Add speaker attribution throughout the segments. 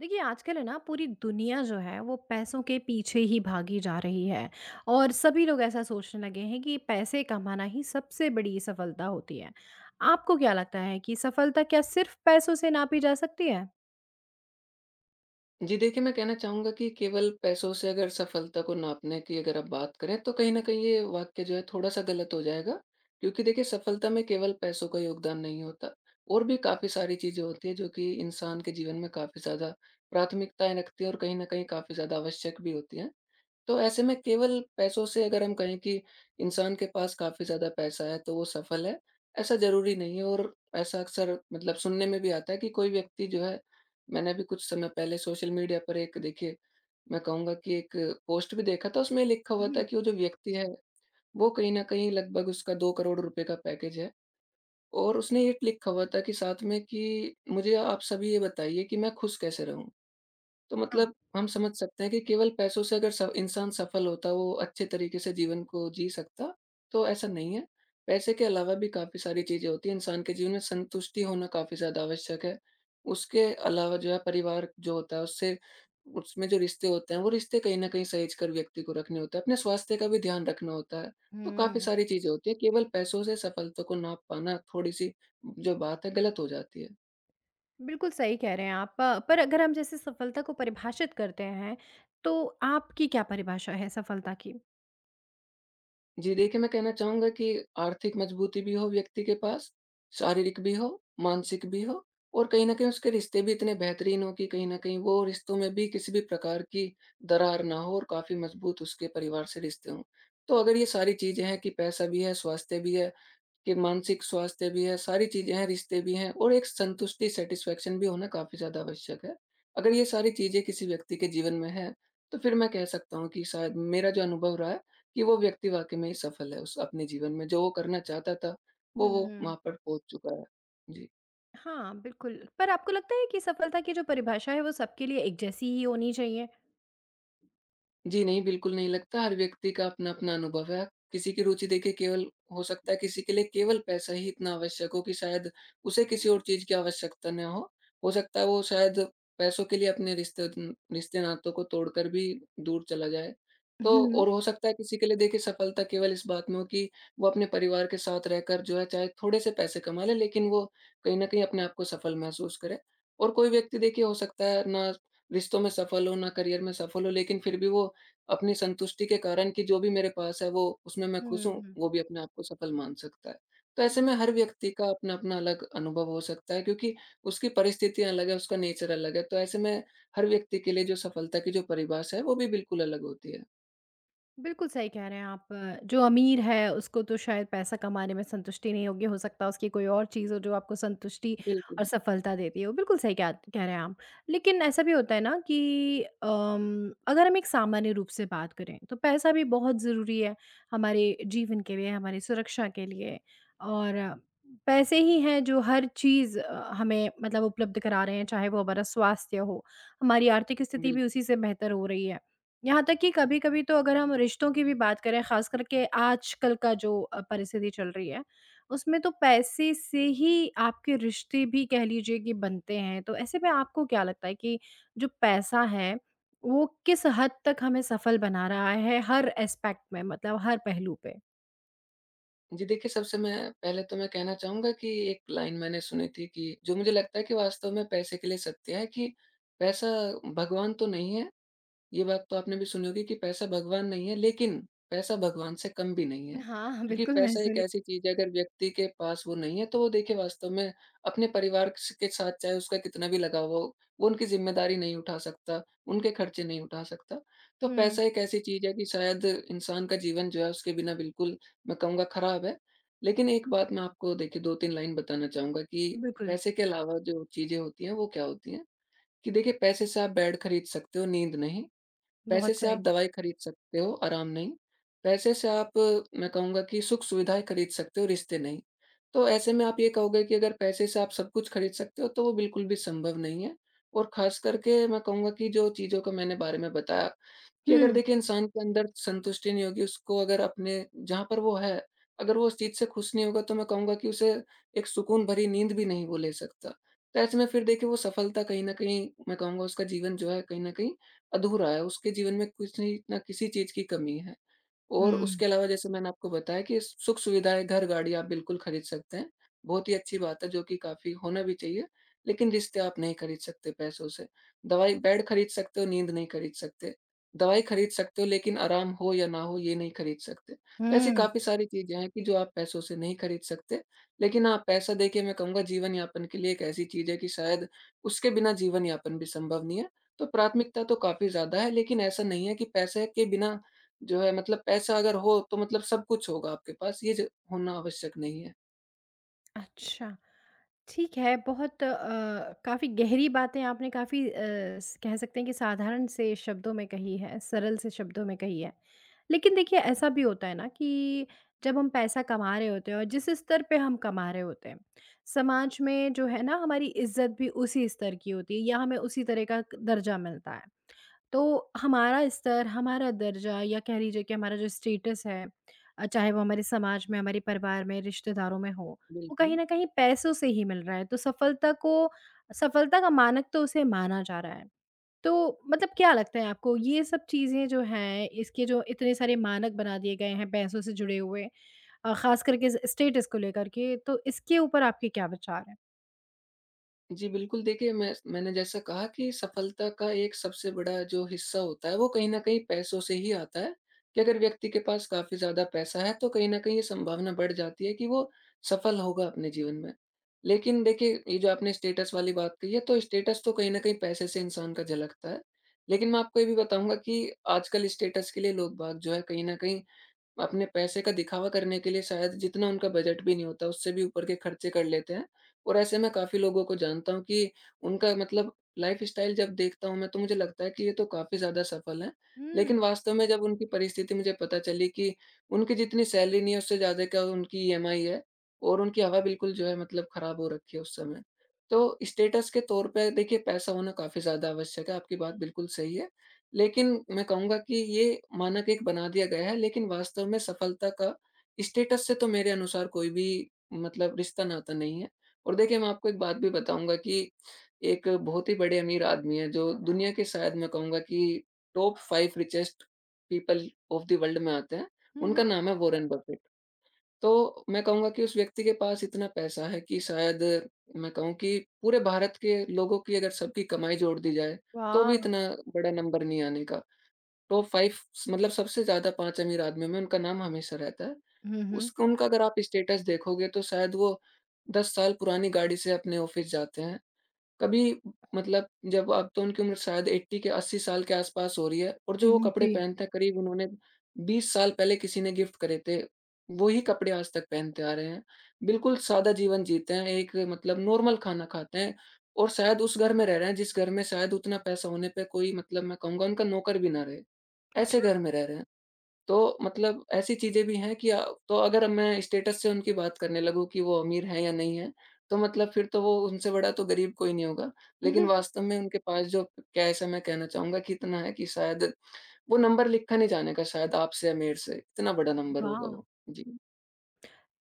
Speaker 1: देखिए, आजकल है ना पूरी दुनिया जो है वो पैसों के पीछे ही भागी जा रही है और सभी लोग ऐसा सोचने लगे हैं कि पैसे कमाना ही सबसे बड़ी सफलता होती है। आपको क्या लगता है कि सफलता क्या सिर्फ़ पैसों से नापी जा सकती है?
Speaker 2: जी देखिए, मैं कहना चाहूँगा कि केवल पैसों से अगर सफलता को नापने की अगर आप बात करें तो कहीं न कहीं ये वाक्य जो है थोड़ा-सा गलत हो जाएगा। क्योंकि देखिए सफलता में केवल पैसों का योगदान नहीं होता और भी काफ़ी सारी चीज़ें होती हैं जो कि इंसान के जीवन में काफ़ी ज़्यादा प्राथमिकताएँ रखती हैं और कहीं न कहीं काफ़ी ज़्यादा आवश्यक भी होती हैं। तो ऐसे में केवल पैसों से अगर हम कहें कि इंसान के पास काफ़ी ज़्यादा पैसा है तो वो सफल है, ऐसा ज़रूरी नहीं है। और ऐसा अक्सर मतलब सुनने में भी आता है कि कोई व्यक्ति जो है, मैंने भी कुछ समय पहले सोशल मीडिया पर एक देखिए, मैं कहूँगा कि एक पोस्ट भी देखा था। उसमें लिखा हुआ था
Speaker 1: हुँ,
Speaker 2: कि वो जो व्यक्ति है, वो कहीं न कहीं लगभग उसका 2 करोड़ रुपए का पैकेज है और उसने ये लिखा हुआ था कि साथ में कि मुझे आप सभी ये बताइए कि मैं खुश कैसे रहूँ? तो
Speaker 1: हाँ।
Speaker 2: मतलब हम समझ सकते हैं कि केवल पैसों से अगर स इंसान सफल होता, वो अच्छे तरीके से जीवन को जी सकता, तो ऐसा नहीं है। पैसे के अलावा भी काफ़ी सारी चीज़ें होती हैं, इंसान के जीवन में संतुष्टि होना काफ़ी ज़्यादा आवश्यक है। उसके अलावा जो है परिवार जो होता है उससे, उसमें जो रिश्ते होते हैं, वो रिश्ते कहीं न कहीं सहेज कर व्यक्ति को रखने होते हैं, अपने स्वास्थ्य का भी ध्यान रखना होता है। तो काफ़ी
Speaker 1: हुँ।
Speaker 2: सारी चीज़ें होती हैं, केवल पैसों से सफलता को नाप पाना थोड़ी-सी जो बात है गलत हो जाती है।
Speaker 1: बिल्कुल सही कह रहे हैं आप। पर अगर हम जैसे सफलता को परिभाषित करते हैं, तो आपकी क्या परिभाषा है सफलता की?
Speaker 2: जी, देखिए मैं कहना चाहूँगा कि आर्थिक मजबूती भी हो व्यक्ति के पास, शारीरिक भी हो, मानसिक भी हो और कहीं न कहीं उसके रिश्ते भी इतने बेहतरीन हों कि कहीं न कहीं वो रिश्तों में भी किसी भी प्रकार की दरार ना हो और काफ़ी मजबूत उसके परिवार से रिश्ते हों। तो अगर ये सारी चीज़ें हैं कि पैसा भी है, स्वास्थ्य भी है, कि मानसिक स्वास्थ्य भी है, सारी चीज़ें हैं, रिश्ते भी हैं और एक संतुष्टि सैटिस्फैक्शन भी होना काफ़ी ज़्यादा आवश्यक है। अगर ये सारी चीज़ें किसी व्यक्ति के जीवन में हैं, तो फिर मैं कह सकता हूँ कि शायद मेरा जो अनुभव रहा है कि वो व्यक्ति वाक़ई में ही सफल है उस अपने जीवन में, जो वो करना चाहता था, वो
Speaker 1: हुँ।
Speaker 2: वहाँ पर पहुँच चुका है। जी।
Speaker 1: हाँ, बिल्कुल। पर आपको लगता है कि सफलता की जो परिभाषा है वो सबके लिए एक जैसी ही होनी चाहिए?
Speaker 2: जी, नहीं, बिल्कुल नहीं लगता। हर व्यक्ति का अपना-अपना अनुभव है। किसी की रुचि देखिए केवल, हो सकता है किसी के लिए केवल पैसा ही इतना आवश्यक हो कि शायद उसे किसी और चीज़ की आवश्यकता ना हो। हो सकता है वो शायद पैसों के लिए अपने रिश्ते-नातों को तोड़कर भी दूर चला जाए। तो
Speaker 1: हुँ।
Speaker 2: और हो सकता है किसी के लिए देखिए सफलता केवल इस बात में हो कि वो अपने परिवार के साथ रहकर जो है चाहे थोड़े से पैसे कमा ले, लेकिन वो कहीं न कहीं अपने आप को सफल महसूस करे। और कोई व्यक्ति देखिए हो सकता है ना रिश्तों में सफल हो, ना करियर में सफल हो, लेकिन फिर भी वो अपनी संतुष्टि के कारण कि जो भी मेरे पास है वो उसमें मैं
Speaker 1: हुँ,
Speaker 2: खुश हूँ,
Speaker 1: हुँ।
Speaker 2: वो भी अपने आप को सफल मान सकता है। तो ऐसे में हर व्यक्ति का अपना-अपना अलग अनुभव हो सकता है क्योंकि उसकी परिस्थितियाँ अलग है, उसका नेचर अलग है। तो ऐसे में हर व्यक्ति के लिए जो सफलता की जो परिभाषा है वो भी बिल्कुल अलग होती है।
Speaker 1: बिल्कुल सही कह रहे हैं आप। जो अमीर है उसको तो शायद पैसा कमाने में संतुष्टि नहीं होगी, हो सकता है उसकी कोई और चीज़ हो जो आपको संतुष्टि और
Speaker 2: बिल्कुल,
Speaker 1: सफलता देती हो। बिल्कुल सही कह कह रहे हैं आप। लेकिन ऐसा भी होता है ना कि अगर हम एक सामान्य रूप से बात करें तो पैसा भी बहुत ज़रूरी है हमारे जीवन के लिए, हमारी सुरक्षा के लिए और पैसे ही हैं जो हर चीज़ हमें मतलब उपलब्ध करा रहे हैं, चाहे वो हमारा स्वास्थ्य हो, हमारी आर्थिक स्थिति भी
Speaker 2: बिल्कुल।
Speaker 1: उसी से बेहतर हो रही है। यहाँ तक कि कभी-कभी तो अगर हम रिश्तों की भी बात करें, ख़ास करके आजकल का जो परिस्थिति चल रही है, उसमें तो पैसे से ही आपके रिश्ते भी कह लीजिए कि बनते हैं। तो ऐसे में आपको क्या लगता है कि जो पैसा है, वो किस हद तक हमें सफल बना रहा है हर एस्पेक्ट में मतलब हर पहलू पे?
Speaker 2: जी देखिए, सबसे मैं पहले तो मैं कहना चाहूँगा कि एक लाइन मैंने सुनी थी कि जो मुझे लगता है कि वास्तव में पैसे के लिए सत्य है कि पैसा भगवान तो नहीं है। ये बात तो आपने भी सुनी होगी कि पैसा भगवान नहीं है, लेकिन पैसा भगवान से कम भी नहीं है।
Speaker 1: हाँ, हाँ,
Speaker 2: क्योंकि
Speaker 1: बिल्कुल मैं
Speaker 2: पैसा एक
Speaker 1: सुनी
Speaker 2: ऐसी चीज़ है, अगर व्यक्ति के पास वो नहीं है तो वो देखिए वास्तव में अपने परिवार स के साथ चाहे उसका कितना भी लगाव हो, वो उनकी ज़िम्मेदारी नहीं उठा सकता, उनके खर्चे नहीं उठा सकता। तो
Speaker 1: हुँ,
Speaker 2: पैसा एक ऐसी चीज़ है कि शायद इंसान का जीवन जो है उसके बिना बिल्कुल, मैं कहूँगा खराब है। लेकिन एक बात मैं आपको देखिए 2-3 लाइन बताना चाहूँगा कि
Speaker 1: बिल्कुल,
Speaker 2: पैसे के अलावा जो चीज़ें होती हैं वो क्या होती हैं? कि देखिए पैसे से आप बेड खरीद सकते हो, नींद नहीं। पैसे
Speaker 1: बहुत
Speaker 2: से आप
Speaker 1: सही।
Speaker 2: दवाई खरीद सकते हो, आराम नहीं। पैसे से आप, मैं कहूँगा कि सुख-सुविधाएँ खरीद सकते हो, रिश्ते नहीं। तो ऐसे में आप ये कहोगे कि अगर पैसे से आप सब कुछ खरीद सकते हो, तो वो बिल्कुल भी संभव नहीं है। और ख़ास करके मैं कहूँगा कि जो चीज़ों का मैंने बारे में बताया कि अगर
Speaker 1: हुँ,
Speaker 2: देखिए इंसान के अंदर संतुष्टि नहीं होगी, उसको अगर अपने जहाँ पर वो है, अगर वो उस चीज़ से खुश नहीं होगा तो मैं कहूँगा कि उसे एक सुकून भरी नींद भी नहीं वो ले सकता। तो ऐसे में फिर देखिए वो सफलता कहीं न कहीं, मैं कहूँगा उसका जीवन जो है कहीं न कहीं अधूरा है, उसके जीवन में कुछ नहीं, ना किसी चीज़ की कमी है। और
Speaker 1: हुँ,
Speaker 2: उसके अलावा जैसे मैंने आपको बताया कि सुख-सुविधाएँ, घर-गाड़ी आप बिल्कुल खरीद सकते हैं, बहुत ही अच्छी बात है जो कि काफ़ी होना भी चाहिए, लेकिन रिश्ते आप नहीं खरीद सकते पैसों से। दवाई बेड खरीद सकते हो, नींद नहीं खरीद सकते। दवाई खरीद सकते हो लेकिन आराम हो या ना हो ये नहीं खरीद सकते। तो ऐसी
Speaker 1: हुँ,
Speaker 2: काफ़ी सारी चीज़ें हैं कि जो आप पैसों से नहीं खरीद सकते। लेकिन हाँ, पैसा देखिए, मैं कहूँगा जीवन यापन के लिए एक ऐसी चीज़ है कि शायद उसके बिना जीवन यापन भी संभव नहीं है। तो प्राथमिकता तो काफ़ी ज़्यादा है, लेकिन ऐसा नहीं है कि पैसे के बिना जो है, मतलब पैसा अगर हो तो मतलब सब कुछ होगा आपके पास, ये ज होना आवश्यक नहीं है।
Speaker 1: अच्छा। ठीक है, बहुत काफ़ी गहरी बातें आपने काफ़ी अ, स कह सकते हैं कि साधारण से शब्दों में कही है, सरल से शब्दों में कही है। लेकिन देखिए ऐसा भी होता है ना कि जब हम पैसा कमा रहे होते हैं और जिस स्तर पे हम कमा रहे होते हैं, समाज में जो है ना हमारी इज़्ज़त भी उसी स्तर की होती है या हमें उसी तरह का क दर्जा मिलता है। तो हमारा स्तर, हमारा दर्जा या कह लीजिए कि हमारा जो स्टेटस है चाहे वो हमारे समाज में, हमारे परिवार में, रिश्तेदारों में हो, वो कहीं
Speaker 2: बिल्कुल।
Speaker 1: न कहीं पैसों से ही मिल रहा है। तो सफलता का मानक तो उसे माना जा रहा है। तो मतलब क्या लगता है आपको ये सब चीज़ें जो हैं, इसके जो इतने सारे मानक बना दिए गए हैं पैसों से जुड़े हुए ख़ास करके स स्टेटस को लेकर के, तो इसके ऊपर आपके क्या विचार हैं?
Speaker 2: जी, बिल्कुल देखिए, मैंने जैसा कहा कि सफलता का एक सबसे बड़ा जो हिस्सा होता है वो कहीं न कहीं पैसों से ही आता है, कि अगर व्यक्ति के पास काफ़ी ज़्यादा पैसा है तो कहीं न कहीं ये संभावना बढ़ जाती है कि वो सफल होगा अपने जीवन में। लेकिन देखिए ये जो आपने स्टेटस वाली बात कही है, तो स्टेटस तो कहीं न कहीं पैसे से इंसान का झलकता है। लेकिन मैं आपको ये भी बताऊँगा कि आजकल स्टेटस के लिए लोग बाग जो है कहीं न कहीं अपने पैसे का दिखावा करने के लिए शायद जितना उनका बजट भी नहीं होता, उससे भी ऊपर के खर्चे कर लेते हैं। और ऐसे मैं काफ़ी लोगों को जानता हूँ कि उनका मतलब लाइफ़स्टाइल जब देखता हूँ मैं, तो मुझे लगता है कि ये तो काफ़ी ज़्यादा सफल हैं।
Speaker 1: हुँ।
Speaker 2: लेकिन वास्तव में जब उनकी परिस्थिति मुझे पता चली कि उनकी जितनी सैलरी नहीं है उससे ज़्यादा क्या उनकी ईएमआई है और उनकी हवा बिल्कुल जो है मतलब ख़राब हो रखी है उस समय। तो स्टेटस के तौर पे देखिए पैसा होना काफ़ी ज़्यादा आवश्यक है, आपकी बात बिल्कुल सही है। लेकिन मैं कहूँगा कि ये मानक एक बना दिया गया है, लेकिन वास्तव में सफलता का स्टेटस से तो मेरे अनुसार कोई भी मतलब रिश्ता-नाता नहीं है। और देखिए, मैं आपको एक बात भी बताऊँगा कि एक बहुत ही बड़े अमीर आदमी हैं, जो दुनिया के शायद मैं कहूँगा कि top 5 richest people of the world में आते हैं।
Speaker 1: हुँ,
Speaker 2: उनका
Speaker 1: हुँ।
Speaker 2: नाम है वॉरेन बफेट। तो मैं कहूँगा कि उस व्यक्ति के पास इतना पैसा है कि शायद मैं कहूँ कि पूरे भारत के लोगों की अगर सबकी कमाई जोड़ दी जाए, तो
Speaker 1: वाह!
Speaker 2: भी इतना बड़ा नंबर नहीं आने का। टॉप 5 मतलब सबसे ज़्यादा 5 अमीर आदमियों में उनका नाम हमेशा रहता है।
Speaker 1: हुँ, हुँ।
Speaker 2: उसका उनका अगर आप स्टेटस देखोगे तो शायद वो 10 साल पुरानी गाड़ी से अपने ऑफ़िस जाते हैं। कभी मतलब, जब अब तो उनकी उम्र शायद 80 के 80 साल के आस-पास हो रही है और
Speaker 1: हुँ,
Speaker 2: जो वो
Speaker 1: हुँ।
Speaker 2: कपड़े
Speaker 1: जी।
Speaker 2: पहनते हैं करीब उन्होंने 20 साल पहले किसी ने गिफ्ट करे थे, वही कपड़े आज तक पहनते आ रहे हैं। बिल्कुल सादा जीवन जीते हैं, एक मतलब नॉर्मल खाना खाते हैं और शायद उस घर में रह रहे हैं जिस घर में शायद उतना पैसा होने पे कोई मतलब मैं कहूँगा उनका नौकर भी ना रहे। ऐसे
Speaker 1: अच्छा!
Speaker 2: घर में रह रहे हैं। तो मतलब ऐसी चीज़ें भी हैं कि तो अगर मैं स्टेटस से उनकी बात करने लगूँ कि वो अमीर हैं या नहीं हैं, तो मतलब फिर तो वो उनसे बड़ा तो गरीब कोई नहीं होगा। लेकिन वास्तव में उनके पास जो कैश है, मैं कहना चाहूँगा कि इतना है कि शायद वो नंबर लिखा नहीं जाने का शायद आपसे या मेरे से, इतना बड़ा नंबर होगा
Speaker 1: वाह!
Speaker 2: वो। जी,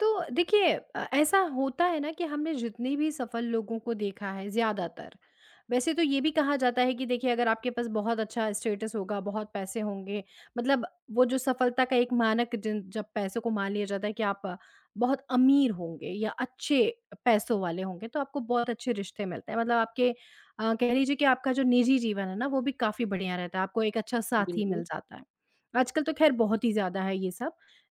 Speaker 1: तो देखिए ऐसा होता है ना कि हमने जितने भी सफल लोगों को देखा है ज़्यादातर, वैसे तो ये भी कहा जाता है कि देखिए अगर आपके पास बहुत अच्छा स्टेटस होगा, बहुत पैसे होंगे, मतलब वो जो सफलता का एक मानक जिन जब पैसों को मान लिया जाता है कि आप बहुत अमीर होंगे या अच्छे पैसों वाले होंगे, तो आपको बहुत अच्छे रिश्ते मिलते हैं, मतलब आपके कह लीजिए कि आपका जो निजी जीवन है ना वो भी काफ़ी बढ़िया रहता है, आपको एक अच्छा साथी
Speaker 2: बिल्कुल।
Speaker 1: मिल जाता है। आजकल तो खैर बहुत ही ज़्यादा है ये सब।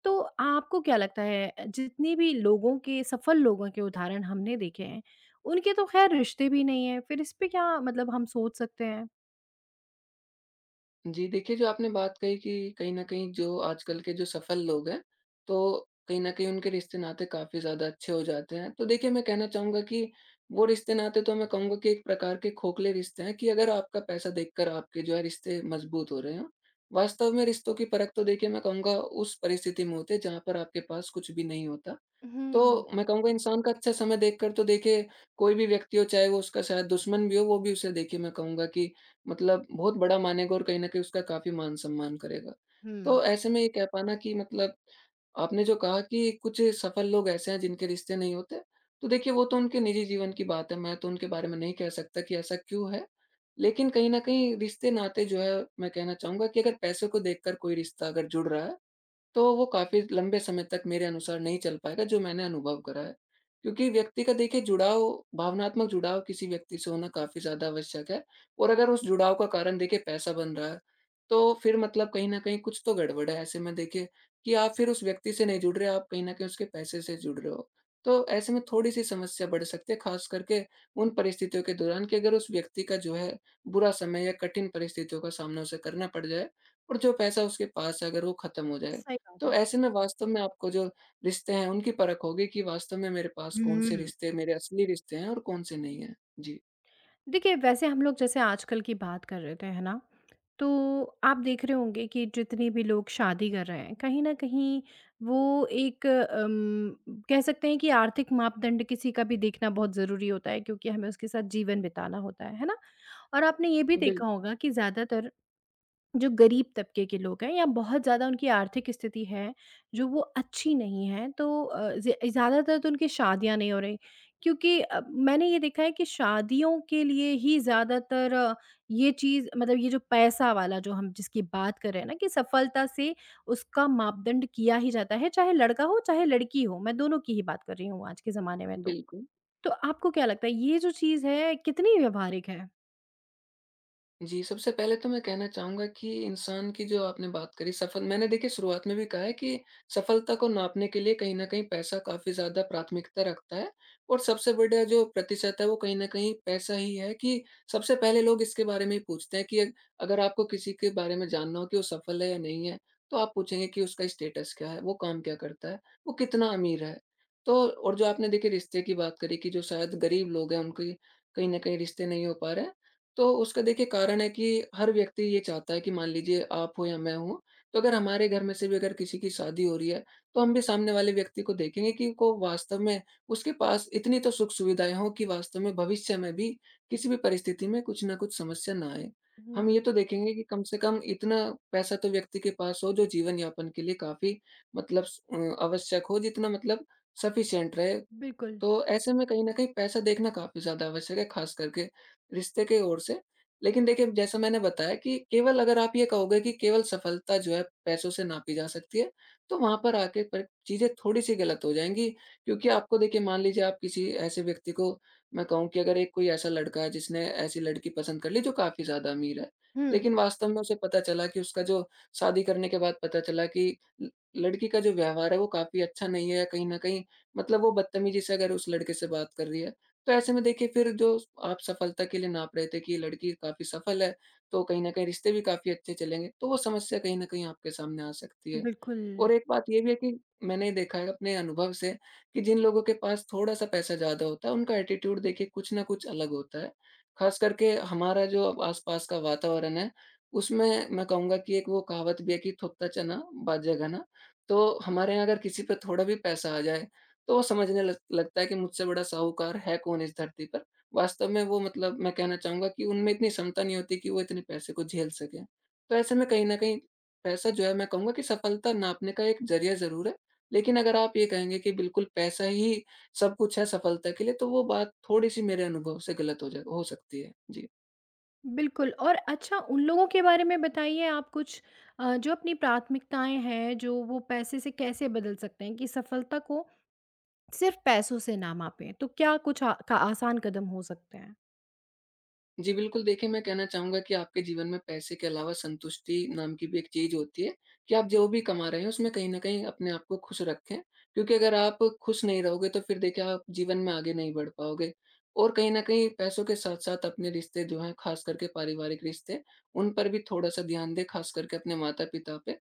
Speaker 1: तो आपको क्या लगता है जितने भी लोगों के, सफल लोगों के उदाहरण हमने देखे हैं, उनके तो खैर रिश्ते भी नहीं है, फिर इस पे क्या मतलब हम सोच सकते हैं?
Speaker 2: जी, देखिए जो आपने बात कही कि कहीं न कहीं जो आजकल के जो सफल लोग हैं, तो कहीं न कहीं उनके रिश्ते-नाते काफ़ी ज़्यादा अच्छे हो जाते हैं। तो देखिए मैं कहना चाहूँगा कि वो रिश्ते-नाते तो मैं कहूँगा कि एक प्रकार के खोखले रिश्ते हैं कि अगर आपका पैसा देखकर आपके जो है रिश्ते मजबूत हो रहे हों। वास्तव में रिश्तों की परख तो देखिए मैं कहूँगा उस परिस्थिति में होती है जहाँ पर आपके पास कुछ भी नहीं होता। तो
Speaker 1: हुँ,
Speaker 2: मैं कहूँगा इंसान का अच्छा समय देखकर तो देखिए कोई भी व्यक्ति हो, चाहे वो उसका शायद दुश्मन भी हो, वो भी उसे देखिए मैं कहूँगा कि मतलब बहुत बड़ा मानेगा और कहीं न कहीं उसका काफ़ी मान-सम्मान करेगा।
Speaker 1: हुँ।
Speaker 2: तो ऐसे में ये कह पाना कि मतलब आपने जो कहा कि कुछ सफल लोग ऐसे हैं जिनके रिश्ते नहीं होते, तो देखिए वो तो उनके निजी जीवन की बात है, मैं तो उनके बारे में नहीं कह सकता कि ऐसा क्यों है। लेकिन कहीं न कहीं रिश्ते-नाते जो है, मैं कहना चाहूँगा कि अगर पैसे को देखकर कोई रिश्ता अगर जुड़ रहा है, तो वो काफ़ी लंबे समय तक मेरे अनुसार नहीं चल पाएगा, जो मैंने अनुभव करा है। क्योंकि व्यक्ति का देखिए जुड़ाव, भावनात्मक जुड़ाव किसी व्यक्ति से होना काफ़ी ज़्यादा आवश्यक है और अगर उस जुड़ाव का कारण देखिए पैसा बन रहा है, तो फिर मतलब कहीं न कहीं कुछ तो गड़बड़ है। ऐसे में देखिए कि आप फिर उस व्यक्ति से नहीं जुड़ रहे, आप कहीं न कहीं उसके पैसे से जुड़ रहे हो। तो ऐसे में थोड़ी-सी समस्या बढ़ सकती है, ख़ास करके उन परिस्थितियों के दौरान कि अगर उस व्यक्ति का जो है बुरा समय या कठिन परिस्थितियों का सामना उसे करना पड़ जाए और जो पैसा उसके पास है अगर वो ख़त्म हो जाए।
Speaker 1: सही बात
Speaker 2: तो
Speaker 1: है।
Speaker 2: ऐसे में वास्तव में आपको जो रिश्ते हैं, उनकी परख होगी कि वास्तव में मेरे पास कौन से
Speaker 1: हुँ।
Speaker 2: रिश्ते मेरे असली रिश्ते हैं और कौन से नहीं हैं। जी,
Speaker 1: देखिए, वैसे हम लोग जैसे आजकल की बात कर रहे थे, है ना? तो आप देख रहे होंगे कि जितने भी लोग शादी कर रहे हैं, कहीं न कहीं वो एक कह सकते हैं कि आर्थिक मापदंड किसी का भी देखना बहुत ज़रूरी होता है क्योंकि हमें उसके साथ जीवन बिताना होता है ना? और आपने ये भी देखा
Speaker 2: बिल्कुल,
Speaker 1: होगा कि ज़्यादातर जो गरीब तबके के लोग हैं या बहुत ज़्यादा उनकी आर्थिक स्थिति है, जो वो अच्छी नहीं है, तो ज़्यादातर तो उनकी शादियाँ नहीं हो रही, क्योंकि मैंने ये देखा है कि शादियों के लिए ही ज़्यादातर ये चीज़, मतलब ये जो पैसा वाला जो हम जिसकी बात कर रहे हैं ना कि सफलता से, उसका मापदंड किया ही जाता है, चाहे लड़का हो, चाहे लड़की हो, मैं दोनों की ही बात कर रही हूँ आज के ज़माने में तो।
Speaker 2: बिल्कुल।
Speaker 1: तो आपको क्या लगता है ये जो चीज़ है कितनी व्यावहारिक है?
Speaker 2: जी, सबसे पहले तो मैं कहना चाहूँगा कि इंसान की जो आपने बात करी सफल, मैंने देखिए शुरुआत में भी कहा है कि सफलता को नापने के लिए कहीं न कहीं पैसा काफ़ी ज़्यादा प्राथमिकता रखता है और सबसे बड़ा जो प्रतिशत है, वो कहीं न कहीं पैसा ही है कि सबसे पहले लोग इसके बारे में ही पूछते हैं कि अग अगर आपको किसी के बारे में जानना हो कि वो सफल है या नहीं है, तो आप पूछेंगे कि उसका स्टेटस क्या है? वो काम क्या करता है? वो कितना अमीर है? तो और जो आपने देखिए रिश्ते की बात करी कि जो शायद गरीब लोग हैं, उनकी कहीं न कहीं रिश्ते नहीं हो पा रहे हैं, तो उसका देखिए कारण है कि हर व्यक्ति ये चाहता है कि मान लीजिए आप हो या मैं हूँ, तो अगर हमारे घर में से भी अगर किसी की शादी हो रही है, तो हम भी सामने वाले व्यक्ति को देखेंगे कि को वास्तव में उसके पास इतनी तो सुख-सुविधाएँ हों कि वास्तव में भविष्य में भी किसी भी परिस्थिति में कुछ न कुछ समस्या ना आए। हम ये
Speaker 1: हुँ,
Speaker 2: तो देखेंगे कि कम से कम इतना पैसा तो व्यक्ति के पास हो जो जीवन यापन के लिए काफ़ी मतलब आवश्यक हो, जितना मतलब सफिशिएंट रहे।
Speaker 1: बिल्कुल।
Speaker 2: तो ऐसे में कहीं न कहीं पैसा देखना काफ़ी ज़्यादा आवश्यक है, ख़ास करके रिश्ते की ओर से। लेकिन देखिए, जैसा मैंने बताया कि केवल अगर आप ये कहोगे कि केवल सफलता जो है पैसों से नापी जा सकती है, तो वहाँ पर आके पर चीज़ें थोड़ी-सी गलत हो जाएँगी। क्योंकि आपको देखिए मान लीजिए आप किसी ऐसे व्यक्ति को मैं कहूँ कि अगर एक कोई ऐसा लड़का है जिसने ऐसी लड़की पसंद कर ली जो काफ़ी ज़्यादा अमीर है,
Speaker 1: हुँ,
Speaker 2: लेकिन वास्तव में उसे पता चला कि उसका जो शादी करने के बाद पता चला कि ल लड़की का जो व्यवहार है वो काफ़ी अच्छा नहीं है, कहीं न कहीं मतलब वो बदतमीज़ी से अगर उस लड़के से बात कर रही है, तो ऐसे में देखिए फिर जो आप सफलता के लिए नाप रहे थे कि ये लड़की काफ़ी सफल है, तो कहीं न कहीं रिश्ते भी काफ़ी अच्छे चलेंगे, तो वो समस्या कहीं न कहीं आपके सामने आ सकती है।
Speaker 1: बिल्कुल।
Speaker 2: और एक बात ये भी है कि मैंने देखा है अपने अनुभव से कि जिन लोगों के पास थोड़ा-सा पैसा ज़्यादा होता है, उनका एटीट्यूड देखिए कुछ न कुछ अलग होता है। ख़ास करके हमारा जो आस-पास का वातावरण है, उसमें मैं कहूँगा कि एक वो कहावत भी है कि थोत्ता चना बाजे घना। तो हमारे यहाँ अगर किसी पे थोड़ा भी पैसा आ जाए, तो वो समझने लग लगता है कि मुझसे बड़ा साहूकार है कौन इस धरती पर। वास्तव में वो मतलब मैं कहना चाहूँगा कि उनमें इतनी क्षमता नहीं होती कि वो इतने पैसे को झेल सकें। तो ऐसे में कहीं न कहीं पैसा जो है, मैं कहूँगा कि सफलता नापने का एक ज़रिया ज़रूर है। लेकिन अगर आप ये कहेंगे कि बिल्कुल पैसा ही सब कुछ है सफलता के लिए, तो वो बात थोड़ी-सी मेरे अनुभव से गलत हो सकती है। जी।
Speaker 1: बिल्कुल। और अच्छा, उन लोगों के बारे में बताइए आप कुछ जो अपनी प्राथमिकताएं हैं जो वो पैसे से कैसे बदल सकते हैं कि सफलता को सिर्फ पैसों से ना मापें, तो क्या कुछ का आसान कदम हो सकते हैं।
Speaker 2: जी, बिल्कुल देखिए, मैं कहना चाहूँगा कि आपके जीवन में पैसे के अलावा संतुष्टि नाम की भी एक चीज़ होती है कि आप जो भी कमा रहे हैं, उसमें कहीं न कहीं अपने आप को खुश रखें। क्योंकि अगर आप खुश नहीं रहोगे, तो फिर देखिए आप जीवन में आगे नहीं बढ़ पाओगे। और कहीं न कहीं पैसों के साथ-साथ अपने रिश्ते जो हैं, ख़ास करके पारिवारिक रिश्ते, उन पर भी थोड़ा-सा ध्यान दें, ख़ास करके अपने माता-पिता पे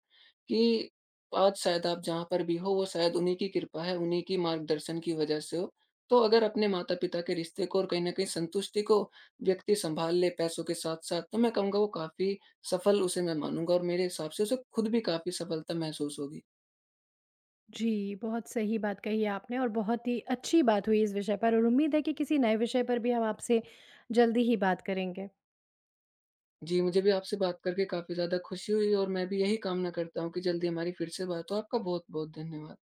Speaker 2: कि आज शायद आप जहाँ पर भी हो, वो शायद उन्हीं की कृपा है, उन्हीं की मार्गदर्शन की वज़ह से हो। तो अगर अपने माता-पिता के रिश्ते को और कहीं न कहीं संतुष्टि को व्यक्ति सँभाल ले पैसों के साथ-साथ, तो मैं कहूँगा वो काफ़ी सफल उसे मैं मानूँगा और मेरे हिसाब से उसे खुद भी काफ़ी सफलता महसूस होगी।
Speaker 1: जी बहुत सही बात कही है आपने और बहुत ही अच्छी बात हुई इस विषय पर और उम्मीद है कि किसी नए विषय पर भी हम आपसे जल्दी ही बात करेंगे।
Speaker 2: जी, मुझे भी आपसे बात करके काफ़ी ज़्यादा खुशी हुई और मैं भी यही कामना करता हूँ कि जल्दी हमारी फिर से बात हो। आपका बहुत-बहुत धन्यवाद।